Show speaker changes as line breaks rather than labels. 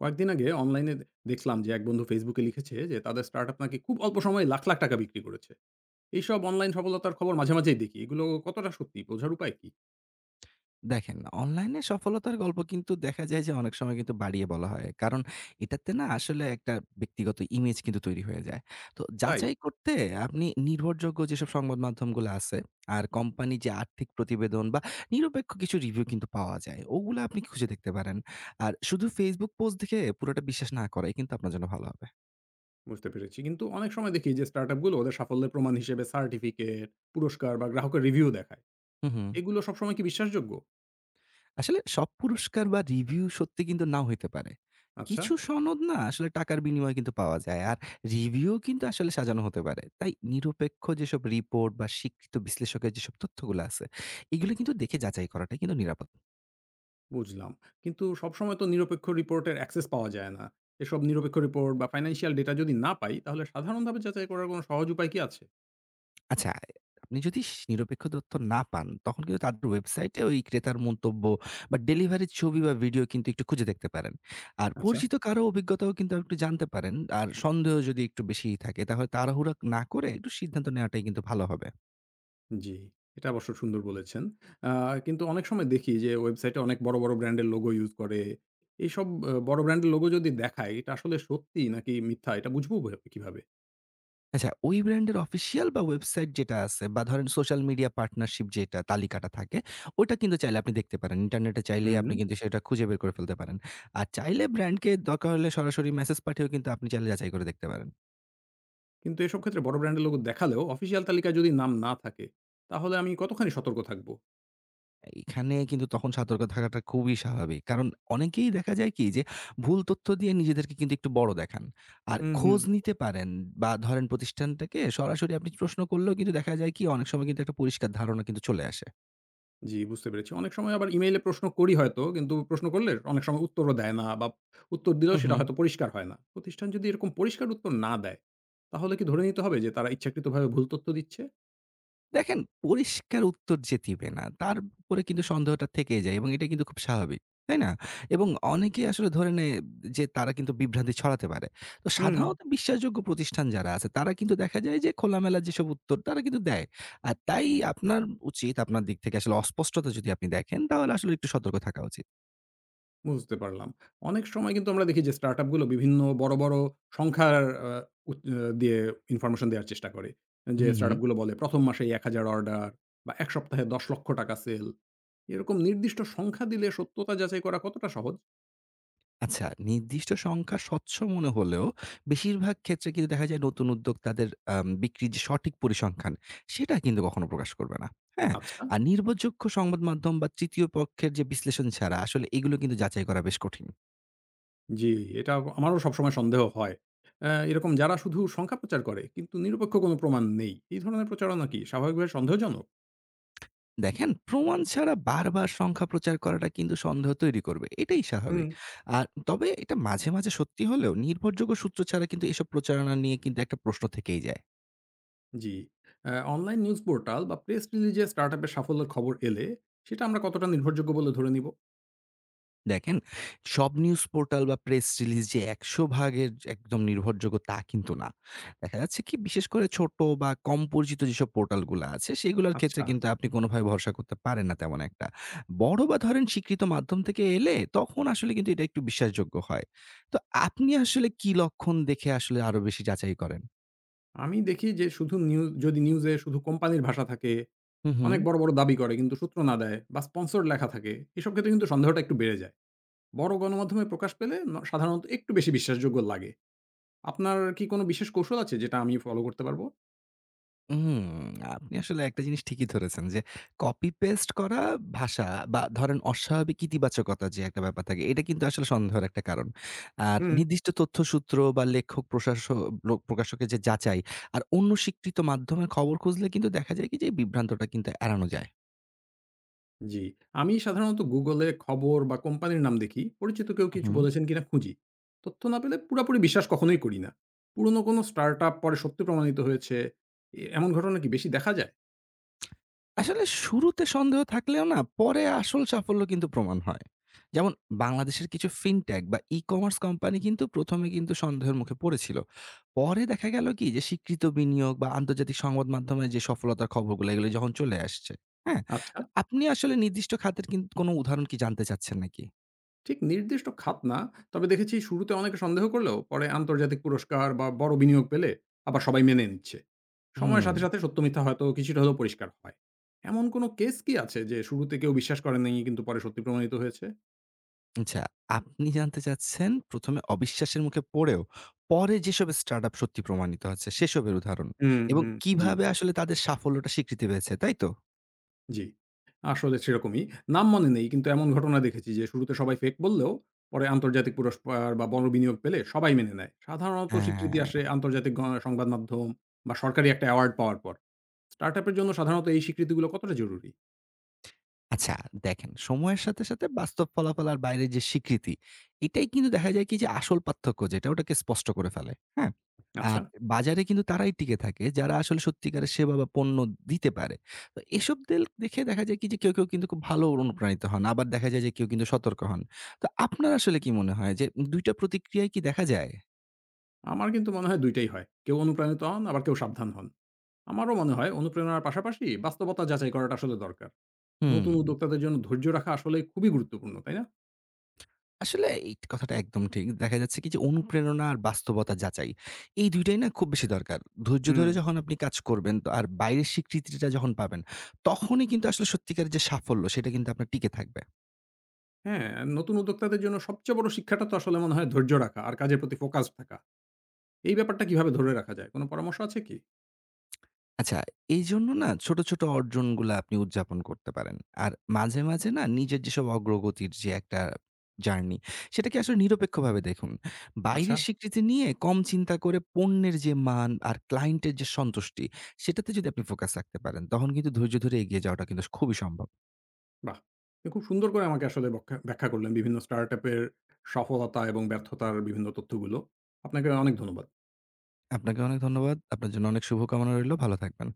কয়েকদিন আগে অনলাইনে দেখলাম যে এক বন্ধু ফেসবুকে লিখেছে যে তাদের স্টার্টআপ নাকি খুব অল্প সময়ে লাখ লাখ টাকা বিক্রি করেছে। এইসব অনলাইন সফলতার খবর মাঝে মাঝেই দেখি, এগুলো কতটা সত্যি বোঝার উপায় কি?
দেখেন, অনলাইনে সফলতার গল্প কিন্তু দেখা যায় যে অনেক সময় কিন্তু বাড়িয়ে বলা হয়। কারণ এটাতে না আসলে একটা ব্যক্তিগত ইমেজ কিন্তু তৈরি হয়ে যায়। তো
তাই
যাচাই করতে আপনি নির্ভরযোগ্য যেসব সংবাদ মাধ্যমগুলো আছে আর কোম্পানি যে আর্থিক প্রতিবেদন বা নিরপেক্ষ কিছু রিভিউ কিন্তু পাওয়া যায়। ওগুলা আপনি খুঁজে দেখতে পারেন। আর শুধু Facebook পোস্ট দেখে পুরোটা বিশ্বাস না করাই কিন্তু আপনার জন্য ভালো হবে।
বুঝতে পেরেছি, কিন্তু অনেক সময় দেখি যে স্টার্টআপগুলো ওদের সাফল্যের প্রমাণ হিসেবে সার্টিফিকেট, পুরস্কার বা গ্রাহকের রিভিউ দেখায়।
হু, হু।
এগুলো সবসময় কি বিশ্বাসযোগ্য?
আসলে সব পুরস্কার বা রিভিউ সত্যি কিন্তু নাও হইতে পারে।
আচ্ছা,
কিছু সনদ না আসলে টাকার বিনিময়ে কিন্তু পাওয়া যায়। আর রিভিউও কিন্তু আসলে সাজানো হতে পারে। তাই নিরপেক্ষ যেসব রিপোর্ট বা স্বীকৃত বিশ্লেষকের যেসব তথ্যগুলো আছে, এগুলো কিন্তু দেখে যাচাই করাটাই কিন্তু নিরাপদ।
বুঝলাম, কিন্তু সবসময় তো নিরপেক্ষ রিপোর্টের অ্যাক্সেস পাওয়া যায় না। এসব নিরপেক্ষ রিপোর্ট বা ফাইন্যান্সিয়াল ডেটা যদি না পাই, তাহলে সাধারণভাবে যাচাই করার কোনো সহজ উপায় কি আছে?
আচ্ছা, আপনি যদি স নিরপেক্ষ তথ্য না পান, তখন কিন্তু তাদের ওয়েবসাইটে ওই ক্রেতার মন্তব্য বা ডেলিভারির ছবি বা ভিডিও কিন্তু একটু খুঁজে দেখতে পারেন। আর
আচ্ছা,
পরিচিত কারো অভিজ্ঞতাও কিন্তু একটু জানতে পারেন। আর সন্দেহ যদি একটু বেশিই থাকে, তাহলে তাড়াহুড়া না করে একটু সিদ্ধান্ত নেওয়াটাই কিন্তু ভালো হবে।
জি, এটা অবশ্য সুন্দর বলেছেন। আ কিন্তু অনেক সময় দেখি যে ওয়েবসাইটে অনেক বড়, বড় ব্র্যান্ডের লোগো ইউজ করে। এইসব বড় ব্র্যান্ডের লোগো যদি দেখায়, এটা আসলে সত্যি নাকি মিথ্যা, এটা বুঝবো কিভাবে?
আচ্ছা, ওই ব্র্যান্ডের অফিসিয়াল বা ওয়েবসাইট যেটা আছে বা ধরেন সোশ্যাল মিডিয়া পার্টনারশিপ যেটা তালিকাটা থাকে, ওটা কিন্তু চাইলে আপনি দেখতে পারেন। ইন্টারনেটে চাইলেই
হুম।
আপনি কিন্তু সেটা খুঁজে বের করে ফেলতে পারেন। আর চাইলে ব্র্যান্ডকে দরকার হলে সরাসরি মেসেজ পাঠিয়েও কিন্তু আপনি চাইলে যাচাই করে দেখতে পারেন।
কিন্তু এসব ক্ষেত্রে বড় ব্র্যান্ডের লোগো দেখালেও অফিসিয়াল তালিকায় যদি নাম না থাকে, তাহলে আমি কতখানি সতর্ক থাকবো?
এখানে কিন্তু তখন সতর্ক থাকাটা খুবই স্বাভাবিক। কারণ অনেকেই দেখা যায় কি যে ভুল তথ্য দিয়ে নিজেদেরকে কিন্তু একটু বড় দেখান। আর
হুম, হুম।
খোঁজ নিতে পারেন বা ধরেন প্রতিষ্ঠানটাকে সরাসরি আপনি প্রশ্ন করলেও কিন্তু দেখা যায় কি অনেক সময় কিন্তু একটা পরিষ্কার ধারণা কিন্তু চলে আসে।
জি, বুঝতে পেরেছি। অনেক সময় আবার ইমেইলে প্রশ্ন করি হয়তো, কিন্তু প্রশ্ন করলে অনেক সময় উত্তরও দেয় না, বা উত্তর দিলেও সেটা
উহু।
হয়তো পরিষ্কার হয় না। প্রতিষ্ঠান যদি এরকম পরিষ্কার উত্তর না দেয়, তাহলে কি ধরে নিতে হবে যে তারা ইচ্ছাকৃতভাবে ভুল তথ্য দিচ্ছে?
দেখেন, পরিষ্কার উত্তর যে দিবে না, তার উপরে কিন্তু সন্দেহটা থেকেই যায় এবং এটা কিন্তু খুব স্বাভাবিক। তাই না? এবং অনেকেই আসলে ধরে নেয় যে তারা কিন্তু বিভ্রান্তি ছড়াতে পারে। তো
হুম,
সাধারণত বিশ্বাসযোগ্য প্রতিষ্ঠান যারা আছে তারা কিন্তু দেখা যায় যে খোলামেলা যেসব উত্তর তারা কিন্তু দেয়। আর তাই আপনার উচিত আপনার দিক থেকে আসলে অস্পষ্টতা যদি আপনি দেখেন তাহলে আসলে একটু সতর্ক থাকা উচিত।
বুঝতে পারলাম। অনেক সময় কিন্তু আমরা দেখি যে স্টার্টআপ গুলো বিভিন্ন বড়, বড় সংখ্যার আ উত দিয়ে ইনফরমেশন দেওয়ার চেষ্টা করে। যে
হুম, হুম।
স্টার্টআপ গুলো বলে ১ম মাসেই ১,০০০ অর্ডার বা ১ সপ্তাহে ৳১০,০০,০০০ সেল। এরকম নির্দিষ্ট সংখ্যা দিলে সত্যতা যাচাই করা কতটা সহজ?
আচ্ছা, নির্দিষ্ট সংখ্যা স্বচ্ছ মনে হলেও বেশিরভাগ ক্ষেত্রে কিন্তু দেখা যায় নতুন উদ্যোক্তাদের আম বিক্রির যে সঠিক পরিসংখ্যান, সেটা কিন্তু কখনো প্রকাশ করবে না। হ্যাঁ?
আচ্ছা।
আর নির্ভরযোগ্য সংবাদ মাধ্যম বা তৃতীয় পক্ষের যে বিশ্লেষণ ছাড়া আসলে এগুলো কিন্তু যাচাই করা বেশ কঠিন।
জি, এটা আমারও সবসময় সন্দেহ হয়। এরকম যারা শুধু সংখ্যা প্রচার করে কিন্তু নিরপেক্ষ কোনো প্রমাণ নেই। এই ধরনের প্রচারণা কি স্বাভাবিকভাবে সন্দেহজনক?
দেখেন, প্রমাণ ছাড়া বারবার সংখ্যা প্রচার করাটা কিন্তু সন্দেহ তৈরি করবে। এটাই স্বাভাবিক। আর তবে এটা মাঝে, মাঝে সত্যি হলেও নির্ভরযোগ্য সূত্র ছাড়া কিন্তু এসব প্রচারণা নিয়ে কিন্তু একটা প্রশ্ন থেকেই যায়।
জি। অনলাইন নিউজ পোর্টাল বা প্রেস রিলিজে স্টার্টআপের সাফল্যের খবর এলে সেটা আমরা কতটা নির্ভরযোগ্য বলে ধরে নিব?
দেখেন, সব নিউজ পোর্টাল বা প্রেস রিলিজ যে ১০০ ভাগের একদম নির্ভরযোগ্য তা কিন্তু না। দেখা যাচ্ছে কি বিশেষ করে ছোট বা কম পরিচিত যেসব পোর্টালগুলা আছে সেগুলোর
আচ্ছা।
ক্ষেত্রে কিন্তু আপনি কোনোভাবে ভরসা করতে পারেন না তেমন একটা। বড় বা ধরেন স্বীকৃত মাধ্যম থেকে এলে তখন আসলে কিন্তু এটা একটু বিশ্বাসযোগ্য হয়। তো আপনি আসলে কি লক্ষণ দেখে আসলে আরো বেশি যাচাই করেন?
আমি দেখি যে শুধু নিউজ যদি নিউজে শুধু কোম্পানির ভাষা থাকে,
হু, হু।
অনেক বড়, বড় দাবি করে কিন্তু সূত্র না দেয় বা স্পন্সর লেখা থাকে, এসব ক্ষেত্রে কিন্তু সন্দেহটা একটু বেড়ে যায়। বড় গণমাধ্যমে প্রকাশ পেলে সাধারণত একটু বেশি বিশ্বাসযোগ্য লাগে। আপনার কি কোনো বিশেষ কৌশল আছে যেটা আমি ফলো করতে পারব?
হুম, আপনি আসলে একটা জিনিস ঠিকই ধরেছেন যে কপি পেস্ট করা ভাষা বা ধরেন অস্বাভাবিক ইতিবাচকতা যে একটা ব্যাপার থাকে এটা কিন্তু আসলে সন্দেহের একটা কারণ। আর
হুম।
নির্দিষ্ট তথ্যসূত্র বা লেখক প্রশাস লোক প্রকাশকের যে যাচাই আর অন্য স্বীকৃত মাধ্যমে খবর খুঁজলে কিন্তু দেখা যায় কি যে এই বিভ্রান্তটা কিন্তু এড়ানো যায়।
জি, আমি সাধারণত Google এ খবর বা কোম্পানির নাম দেখি। পরিচিত কেউ কিছু
উহু।
বলেছেন কিনা খুঁজি। তথ্য না পেলে পুরাপুরি বিশ্বাস কখনোই করি না। পুরনো কোনো স্টার্টআপ পরে সত্যি প্রমাণিত হয়েছে, এমন ঘটনা কি বেশি দেখা যায়?
আসলে শুরুতে সন্দেহ থাকলেও না পরে আসল সাফল্য কিন্তু প্রমাণ হয়। যেমন বাংলাদেশের কিছু ফিনটেক বা ই-কমার্স কোম্পানি কিন্তু ১ম এ কিন্তু সন্দেহের মুখে পড়েছিল। পরে দেখা গেল কি যে স্বীকৃত বিনিয়োগ বা আন্তর্জাতিক সংবাদ মাধ্যমে যে সফলতার খবরগুলো এগুলো যখন চলে আসছে, হ্যাঁ?
আচ্ছা,
তো আপনি আসলে নির্দিষ্ট খাতের কিন কোনো উদাহরণ কি জানতে চাচ্ছেন নাকি?
ঠিক নির্দিষ্ট খাত না, তবে দেখেছি শুরুতে অনেকে সন্দেহ করলেও পরে আন্তর্জাতিক পুরস্কার বা বড় বিনিয়োগ পেলে আবার সবাই মেনে নিচ্ছে। সময়ের
হুম।
সাথে, সাথে সত্য মিথ্যা হয়তো কিছুটা হলেও পরিষ্কার হয়। এমন কোনো কেস কি আছে যে শুরুতে কেউ বিশ্বাস করেননি কিন্তু পরে সত্যি প্রমাণিত হয়েছে?
আচ্ছা, আপনি জানতে চাচ্ছেন ১ম এ অবিশ্বাসের মুখে পড়েও পরে যেসব স্টার্টআপ সত্যি প্রমাণিত হচ্ছে সেসবের উদাহরণ
হুম,
এবং
হুম। জি।
কিভাবে আসলে তাদের সাফল্যটা স্বীকৃতি পেয়েছে, তাই তো?
জি। আসলে সেরকমই। নাম মনে নেই, কিন্তু এমন ঘটনা দেখেছি যে শুরুতে সবাই ফেক বললেও পরে আন্তর্জাতিক পুরস্কার বা বনবিনিয়োগ পেলে সবাই মেনে নেয়। সাধারণত স্বীকৃতি আসে
হ্যাঁ।
আন্তর্জাতিক সংবাদ মাধ্যম বা সরকারি একটা অ্যাওয়ার্ড পাওয়ার পর। স্টার্টআপ এর জন্য সাধারণত এই স্বীকৃতিগুলো কতটা জরুরি?
আচ্ছা, দেখেন, সময়ের সাথে সাথে বাস্তব ফলাফল আর বাইরের যে স্বীকৃতি এটাই কিন্তু দেখা যায় কি যে আসল পার্থক্য যেটা ওটাকে স্পষ্ট করে ফেলে। হ্যাঁ,
আচ্ছা,
আর বাজারে কিন্তু তারাই টিকে থাকে যারা আসলে সত্যিকারের সেবা বা পণ্য দিতে পারে। তো এসব দেখে দেখা যায় কি যে কেউ কেউ কিন্তু খুব ভালো অনুপ্রাণিত হন, আবার দেখা যায় যে কেউ কিন্তু সতর্ক হন। তো আপনার আসলে কি মনে হয় যে দুইটা প্রতিক্রিয়ায় কি দেখা যায়?
আমার কিন্তু মনে হয় ২ টাই হয়। কেউ অনুপ্রাণিত হন, আবার কেউ সাবধান হন। আমারও মনে হয় অনুপ্রেরণার পাশাপাশি বাস্তবতা যাচাই করাটা আসলে দরকার।
হুম,
নতুন উদ্যোক্তাদের জন্য ধৈর্য রাখা আসলে খুবই গুরুত্বপূর্ণ, তাই না?
আসলে এই কথাটা একদম ঠিক। দেখা যাচ্ছে কি যে অনুপ্রেরণা আর বাস্তবতা যাচাই। এই ২ টাই না খুব বেশি দরকার। ধৈর্য
হুম।
ধরে যখন আপনি কাজ করবেন তো আর বাইরের স্বীকৃতিটা যখন পাবেন, তখনই কিন্তু আসলে সত্যিকারের যে সাফল্য সেটা কিন্তু আপনার টিকে থাকবে।
হ্যাঁ, নতুন উদ্যোক্তাদের জন্য সবচেয়ে বড় শিক্ষাটা তো আসলে মনে হয় ধৈর্য রাখা আর কাজের প্রতি ফোকাস থাকা। এই ব্যাপারটা কিভাবে ধরে রাখা যায়? কোন পরামর্শ আছে কি?
আচ্ছা, এইজন্য না ছোট, ছোট অর্জনগুলা আপনি উদযাপন করতে পারেন। আর মাঝে, মাঝে না নিজের যেসব অগ্রগতির যে একটা জার্নি, সেটাকে আসলে নিরপেক্ষভাবে দেখুন।
আচ্ছা,
বাইরের স্বীকৃতি নিয়ে কম চিন্তা করে পণ্যের যে মান আর ক্লায়েন্টের যে সন্তুষ্টি, সেটাতে যদি আপনি ফোকাস রাখতে পারেন, তখন কিন্তু ধৈর্য ধরে এগিয়ে যাওয়াটা কিন্তু খুবই সম্ভব।
বাহ! আপনি খুব সুন্দর করে আমাকে আসলে ব্যাখ্যা করলেন বিভিন্ন স্টার্টআপ এর সফলতা এবং ব্যর্থতার বিভিন্ন তথ্যগুলো। আপনাকে অনেক ধন্যবাদ।
আপনাকে অনেক ধন্যবাদ। আপনার জন্য অনেক শুভকামনা রইলো। ভালো থাকবেন।